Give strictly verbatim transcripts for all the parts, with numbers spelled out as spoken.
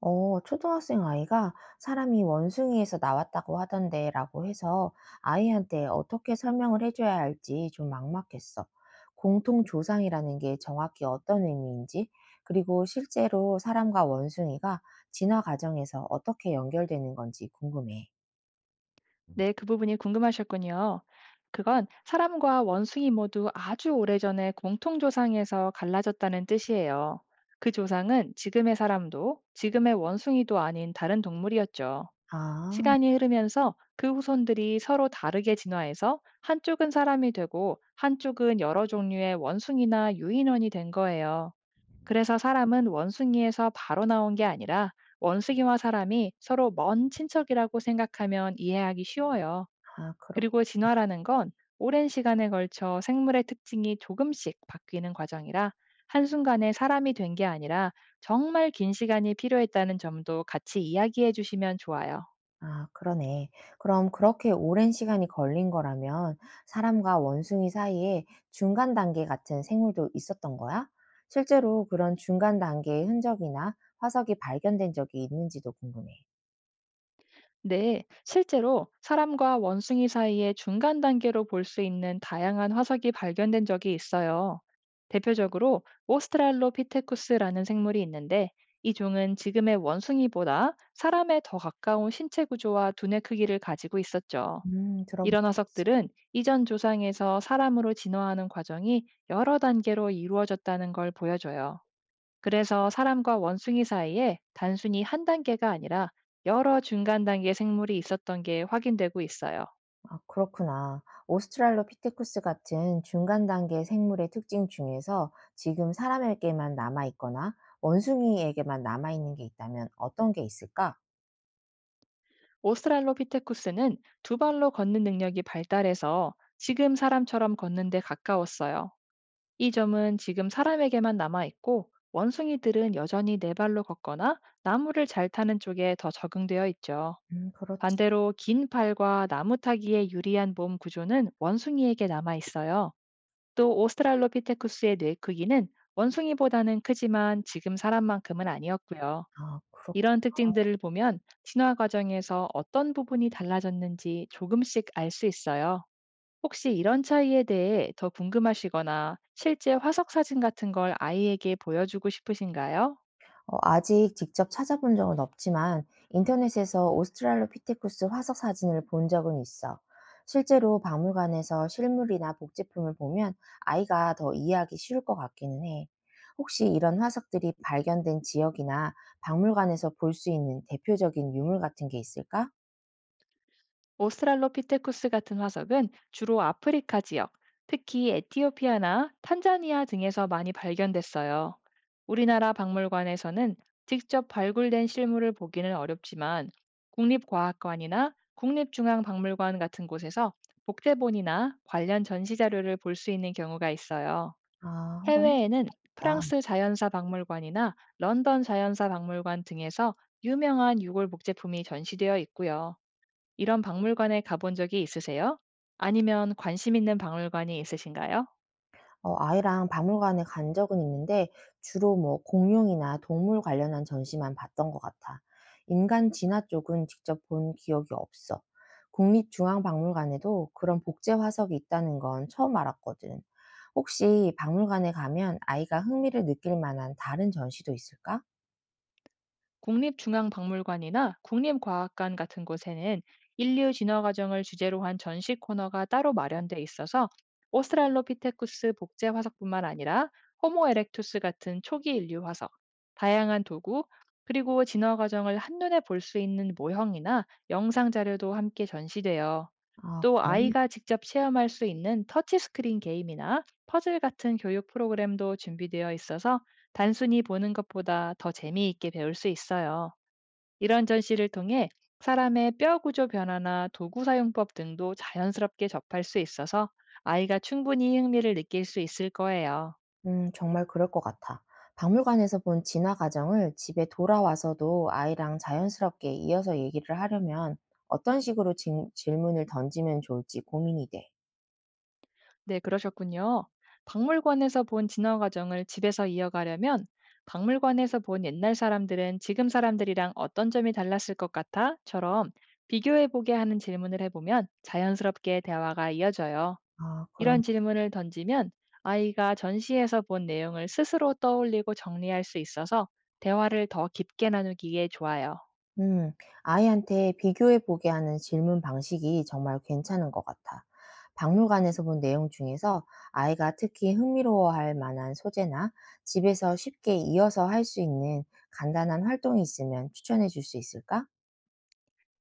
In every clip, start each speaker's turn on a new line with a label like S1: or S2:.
S1: 어, 초등학생 아이가 사람이 원숭이에서 나왔다고 하던데라고 해서 아이한테 어떻게 설명을 해줘야 할지 좀 막막했어. 공통 조상이라는 게 정확히 어떤 의미인지, 그리고 실제로 사람과 원숭이가 진화 과정에서 어떻게 연결되는 건지 궁금해.
S2: 네, 그 부분이 궁금하셨군요. 그건 사람과 원숭이 모두 아주 오래전에 공통조상에서 갈라졌다는 뜻이에요. 그 조상은 지금의 사람도 지금의 원숭이도 아닌 다른 동물이었죠.
S1: 아,
S2: 시간이 흐르면서 그 후손들이 서로 다르게 진화해서 한쪽은 사람이 되고 한쪽은 여러 종류의 원숭이나 유인원이 된 거예요. 그래서 사람은 원숭이에서 바로 나온 게 아니라 원숭이와 사람이 서로 먼 친척이라고 생각하면 이해하기 쉬워요.
S1: 아, 그렇구나.
S2: 그리고 진화라는 건 오랜 시간에 걸쳐 생물의 특징이 조금씩 바뀌는 과정이라, 한순간에 사람이 된 게 아니라 정말 긴 시간이 필요했다는 점도 같이 이야기해 주시면 좋아요.
S1: 아, 그러네. 그럼 그렇게 오랜 시간이 걸린 거라면 사람과 원숭이 사이에 중간 단계 같은 생물도 있었던 거야? 실제로 그런 중간 단계의 흔적이나 화석이 발견된 적이 있는지도 궁금해.
S2: 네, 실제로 사람과 원숭이 사이의 중간 단계로 볼 수 있는 다양한 화석이 발견된 적이 있어요. 대표적으로 오스트랄로피테쿠스라는 생물이 있는데, 이 종은 지금의 원숭이보다 사람에 더 가까운 신체 구조와 두뇌 크기를 가지고 있었죠.
S1: 음, 들어본
S2: 이런
S1: 적 있어.
S2: 화석들은 이전 조상에서 사람으로 진화하는 과정이 여러 단계로 이루어졌다는 걸 보여줘요. 그래서 사람과 원숭이 사이에 단순히 한 단계가 아니라 여러 중간 단계 생물이 있었던 게 확인되고 있어요.
S1: 아, 그렇구나. 오스트랄로피테쿠스 같은 중간 단계 생물의 특징 중에서 지금 사람에게만 남아있거나 원숭이에게만 남아있는 게 있다면 어떤 게 있을까?
S2: 오스트랄로피테쿠스는 두 발로 걷는 능력이 발달해서 지금 사람처럼 걷는 데 가까웠어요. 이 점은 지금 사람에게만 남아 있고, 원숭이들은 여전히 네 발로 걷거나 나무를 잘 타는 쪽에 더 적응되어 있죠.
S1: 음, 그렇지.
S2: 반대로 긴 팔과 나무 타기에 유리한 몸 구조는 원숭이에게 남아 있어요. 또 오스트랄로피테쿠스의 뇌 크기는 원숭이보다는 크지만 지금 사람만큼은 아니었고요.
S1: 아, 그렇구나.
S2: 이런 특징들을 보면 진화 과정에서 어떤 부분이 달라졌는지 조금씩 알 수 있어요. 혹시 이런 차이에 대해 더 궁금하시거나 실제 화석 사진 같은 걸 아이에게 보여주고 싶으신가요?
S1: 어 아직 직접 찾아본 적은 없지만 인터넷에서 오스트랄로피테쿠스 화석 사진을 본 적은 있어. 실제로 박물관에서 실물이나 복제품을 보면 아이가 더 이해하기 쉬울 것 같기는 해. 혹시 이런 화석들이 발견된 지역이나 박물관에서 볼 수 있는 대표적인 유물 같은 게 있을까?
S2: 오스트랄로피테쿠스 같은 화석은 주로 아프리카 지역, 특히 에티오피아나 탄자니아 등에서 많이 발견됐어요. 우리나라 박물관에서는 직접 발굴된 실물을 보기는 어렵지만, 국립과학관이나 국립중앙박물관 같은 곳에서 복제본이나 관련 전시 자료를 볼 수 있는 경우가 있어요.
S1: 아, 한번 해볼
S2: 해외에는
S1: 다
S2: 프랑스 자연사 박물관이나 런던 자연사 박물관 등에서 유명한 유골 복제품이 전시되어 있고요. 이런 박물관에 가본 적이 있으세요? 아니면 관심 있는 박물관이 있으신가요?
S1: 어 아이랑 박물관에 간 적은 있는데 주로 뭐 공룡이나 동물 관련한 전시만 봤던 것 같아. 인간 진화 쪽은 직접 본 기억이 없어. 국립중앙박물관에도 그런 복제 화석이 있다는 건 처음 알았거든. 혹시 박물관에 가면 아이가 흥미를 느낄 만한 다른 전시도 있을까?
S2: 국립중앙박물관이나 국립과학관 같은 곳에는 인류 진화 과정을 주제로 한 전시 코너가 따로 마련돼 있어서, 오스트랄로피테쿠스 복제 화석뿐만 아니라 호모 에렉투스 같은 초기 인류 화석, 다양한 도구, 그리고 진화 과정을 한눈에 볼 수 있는 모형이나 영상 자료도 함께 전시돼요.
S1: 아,
S2: 또
S1: 그래?
S2: 아이가 직접 체험할 수 있는 터치스크린 게임이나 퍼즐 같은 교육 프로그램도 준비되어 있어서, 단순히 보는 것보다 더 재미있게 배울 수 있어요. 이런 전시를 통해 사람의 뼈 구조 변화나 도구 사용법 등도 자연스럽게 접할 수 있어서 아이가 충분히 흥미를 느낄 수 있을 거예요.
S1: 음, 정말 그럴 것 같아. 박물관에서 본 진화 과정을 집에 돌아와서도 아이랑 자연스럽게 이어서 얘기를 하려면 어떤 식으로 진- 질문을 던지면 좋을지 고민이 돼.
S2: 네, 그러셨군요. 박물관에서 본 진화 과정을 집에서 이어가려면 "박물관에서 본 옛날 사람들은 지금 사람들이랑 어떤 점이 달랐을 것 같아?"처럼 비교해보게 하는 질문을 해보면 자연스럽게 대화가 이어져요.
S1: 아, 그런.
S2: 이런 질문을 던지면 아이가 전시에서 본 내용을 스스로 떠올리고 정리할 수 있어서 대화를 더 깊게 나누기에 좋아요.
S1: 음, 아이한테 비교해 보게 하는 질문 방식이 정말 괜찮은 것 같아. 박물관에서 본 내용 중에서 아이가 특히 흥미로워할 만한 소재나 집에서 쉽게 이어서 할 수 있는 간단한 활동이 있으면 추천해 줄 수 있을까?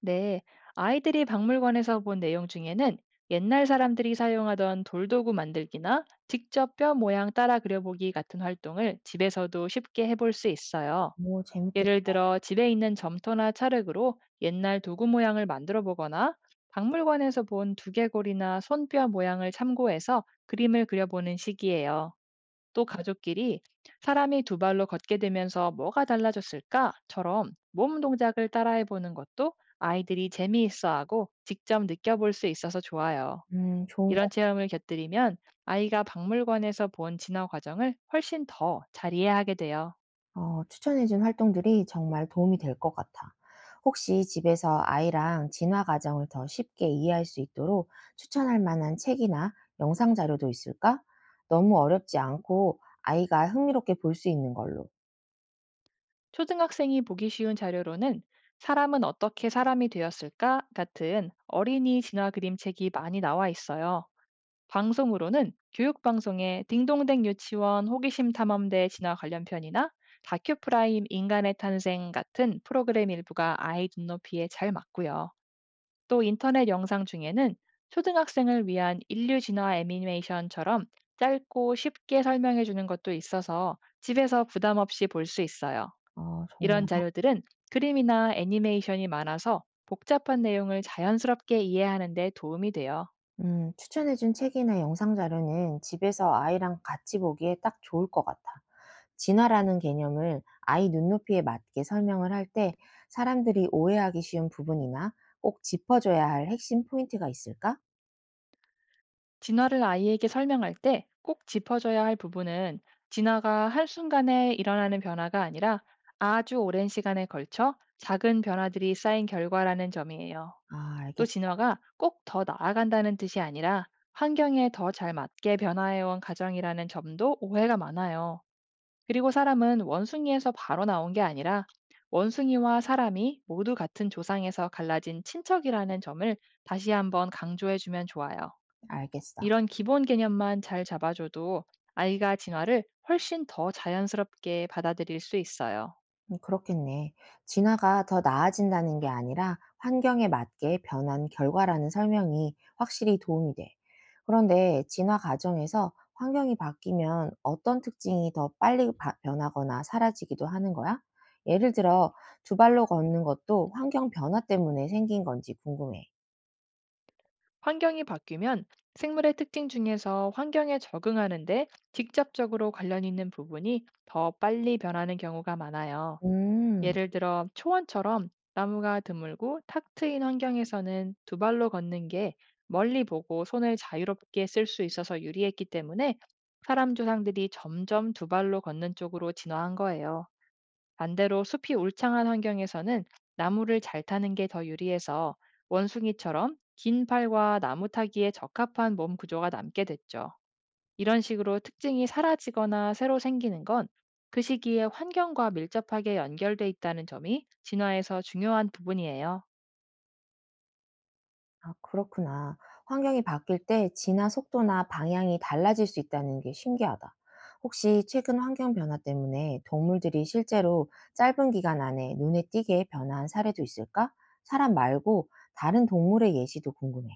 S2: 네, 아이들이 박물관에서 본 내용 중에는 옛날 사람들이 사용하던 돌도구 만들기나 직접 뼈 모양 따라 그려보기 같은 활동을 집에서도 쉽게 해볼 수 있어요.
S1: 오, 재밌겠다.
S2: 예를 들어 집에 있는 점토나 찰흙으로 옛날 도구 모양을 만들어 보거나, 박물관에서 본 두개골이나 손뼈 모양을 참고해서 그림을 그려보는 시기예요. 또 가족끼리 "사람이 두 발로 걷게 되면서 뭐가 달라졌을까?"처럼 몸 동작을 따라해 보는 것도 아이들이 재미있어 하고 직접 느껴볼 수 있어서 좋아요.
S1: 음, 좋은 거.
S2: 이런 체험을 곁들이면 아이가 박물관에서 본 진화 과정을 훨씬 더 잘 이해하게 돼요.
S1: 어 추천해 준 활동들이 정말 도움이 될 것 같아. 혹시 집에서 아이랑 진화 과정을 더 쉽게 이해할 수 있도록 추천할 만한 책이나 영상 자료도 있을까? 너무 어렵지 않고 아이가 흥미롭게 볼 수 있는 걸로.
S2: 초등학생이 보기 쉬운 자료로는 "사람은 어떻게 사람이 되었을까" 같은 어린이 진화 그림책이 많이 나와 있어요. 방송으로는 교육방송의 딩동댕 유치원 호기심 탐험대 진화 관련 편이나 다큐프라임 인간의 탄생 같은 프로그램 일부가 아이 눈높이에 잘 맞고요. 또 인터넷 영상 중에는 초등학생을 위한 인류 진화 애니메이션처럼 짧고 쉽게 설명해 주는 것도 있어서 집에서 부담 없이 볼 수 있어요.
S1: 어, 정말
S2: 이런 자료들은 그림이나 애니메이션이 많아서 복잡한 내용을 자연스럽게 이해하는 데 도움이 돼요.
S1: 음 추천해 준 책이나 영상 자료는 집에서 아이랑 같이 보기에 딱 좋을 것 같아. 진화라는 개념을 아이 눈높이에 맞게 설명을 할 때 사람들이 오해하기 쉬운 부분이나 꼭 짚어줘야 할 핵심 포인트가 있을까?
S2: 진화를 아이에게 설명할 때 꼭 짚어줘야 할 부분은, 진화가 한순간에 일어나는 변화가 아니라 아주 오랜 시간에 걸쳐 작은 변화들이 쌓인 결과라는 점이에요.
S1: 아,
S2: 또
S1: 알겠어.
S2: 진화가 꼭 더 나아간다는 뜻이 아니라 환경에 더 잘 맞게 변화해온 과정이라는 점도 오해가 많아요. 그리고 사람은 원숭이에서 바로 나온 게 아니라 원숭이와 사람이 모두 같은 조상에서 갈라진 친척이라는 점을 다시 한번 강조해주면 좋아요.
S1: 알겠어.
S2: 이런 기본 개념만 잘 잡아줘도 아이가 진화를 훨씬 더 자연스럽게 받아들일 수 있어요.
S1: 음 그렇겠네. 진화가 더 나아진다는 게 아니라 환경에 맞게 변한 결과라는 설명이 확실히 도움이 돼. 그런데 진화 과정에서 환경이 바뀌면 어떤 특징이 더 빨리 바- 변하거나 사라지기도 하는 거야? 예를 들어, 두 발로 걷는 것도 환경 변화 때문에 생긴 건지 궁금해.
S2: 환경이 바뀌면 생물의 특징 중에서 환경에 적응하는데 직접적으로 관련 있는 부분이 더 빨리 변하는 경우가 많아요.
S1: 음.
S2: 예를 들어 초원처럼 나무가 드물고 탁 트인 환경에서는 두 발로 걷는 게 멀리 보고 손을 자유롭게 쓸 수 있어서 유리했기 때문에, 사람 조상들이 점점 두 발로 걷는 쪽으로 진화한 거예요. 반대로 숲이 울창한 환경에서는 나무를 잘 타는 게 더 유리해서 원숭이처럼 긴 팔과 나무 타기에 적합한 몸 구조가 남게 됐죠. 이런 식으로 특징이 사라지거나 새로 생기는 건 그 시기의 환경과 밀접하게 연결돼 있다는 점이 진화에서 중요한 부분이에요.
S1: 아 그렇구나. 환경이 바뀔 때 진화 속도나 방향이 달라질 수 있다는 게 신기하다. 혹시 최근 환경 변화 때문에 동물들이 실제로 짧은 기간 안에 눈에 띄게 변화한 사례도 있을까? 사람 말고 다른 동물의 예시도 궁금해.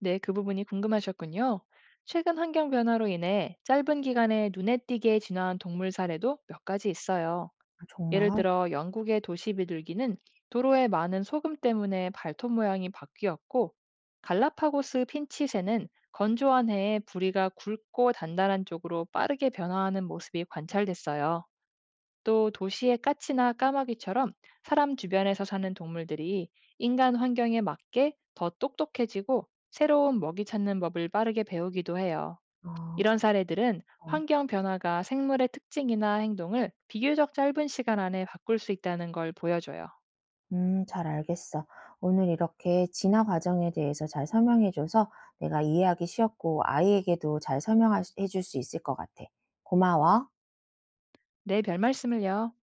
S2: 네, 그 부분이 궁금하셨군요. 최근 환경 변화로 인해 짧은 기간에 눈에 띄게 진화한 동물 사례도 몇 가지 있어요.
S1: 아
S2: 예를
S1: 정말?
S2: 들어 영국의 도시 비둘기는 도로에 많은 소금 때문에 발톱 모양이 바뀌었고, 갈라파고스 핀치새는 건조한 해에 부리가 굵고 단단한 쪽으로 빠르게 변화하는 모습이 관찰됐어요. 또 도시의 까치나 까마귀처럼 사람 주변에서 사는 동물들이 인간 환경에 맞게 더 똑똑해지고 새로운 먹이 찾는 법을 빠르게 배우기도 해요.
S1: 아
S2: 이런 사례들은
S1: 그럼
S2: 환경 변화가 생물의 특징이나 행동을 비교적 짧은 시간 안에 바꿀 수 있다는 걸 보여줘요.
S1: 음 잘 알겠어. 오늘 이렇게 진화 과정에 대해서 잘 설명해 줘서 내가 이해하기 쉬웠고 아이에게도 잘 설명해줄 수 있을 것 같아. 고마워.
S2: 네, 별 말씀을요.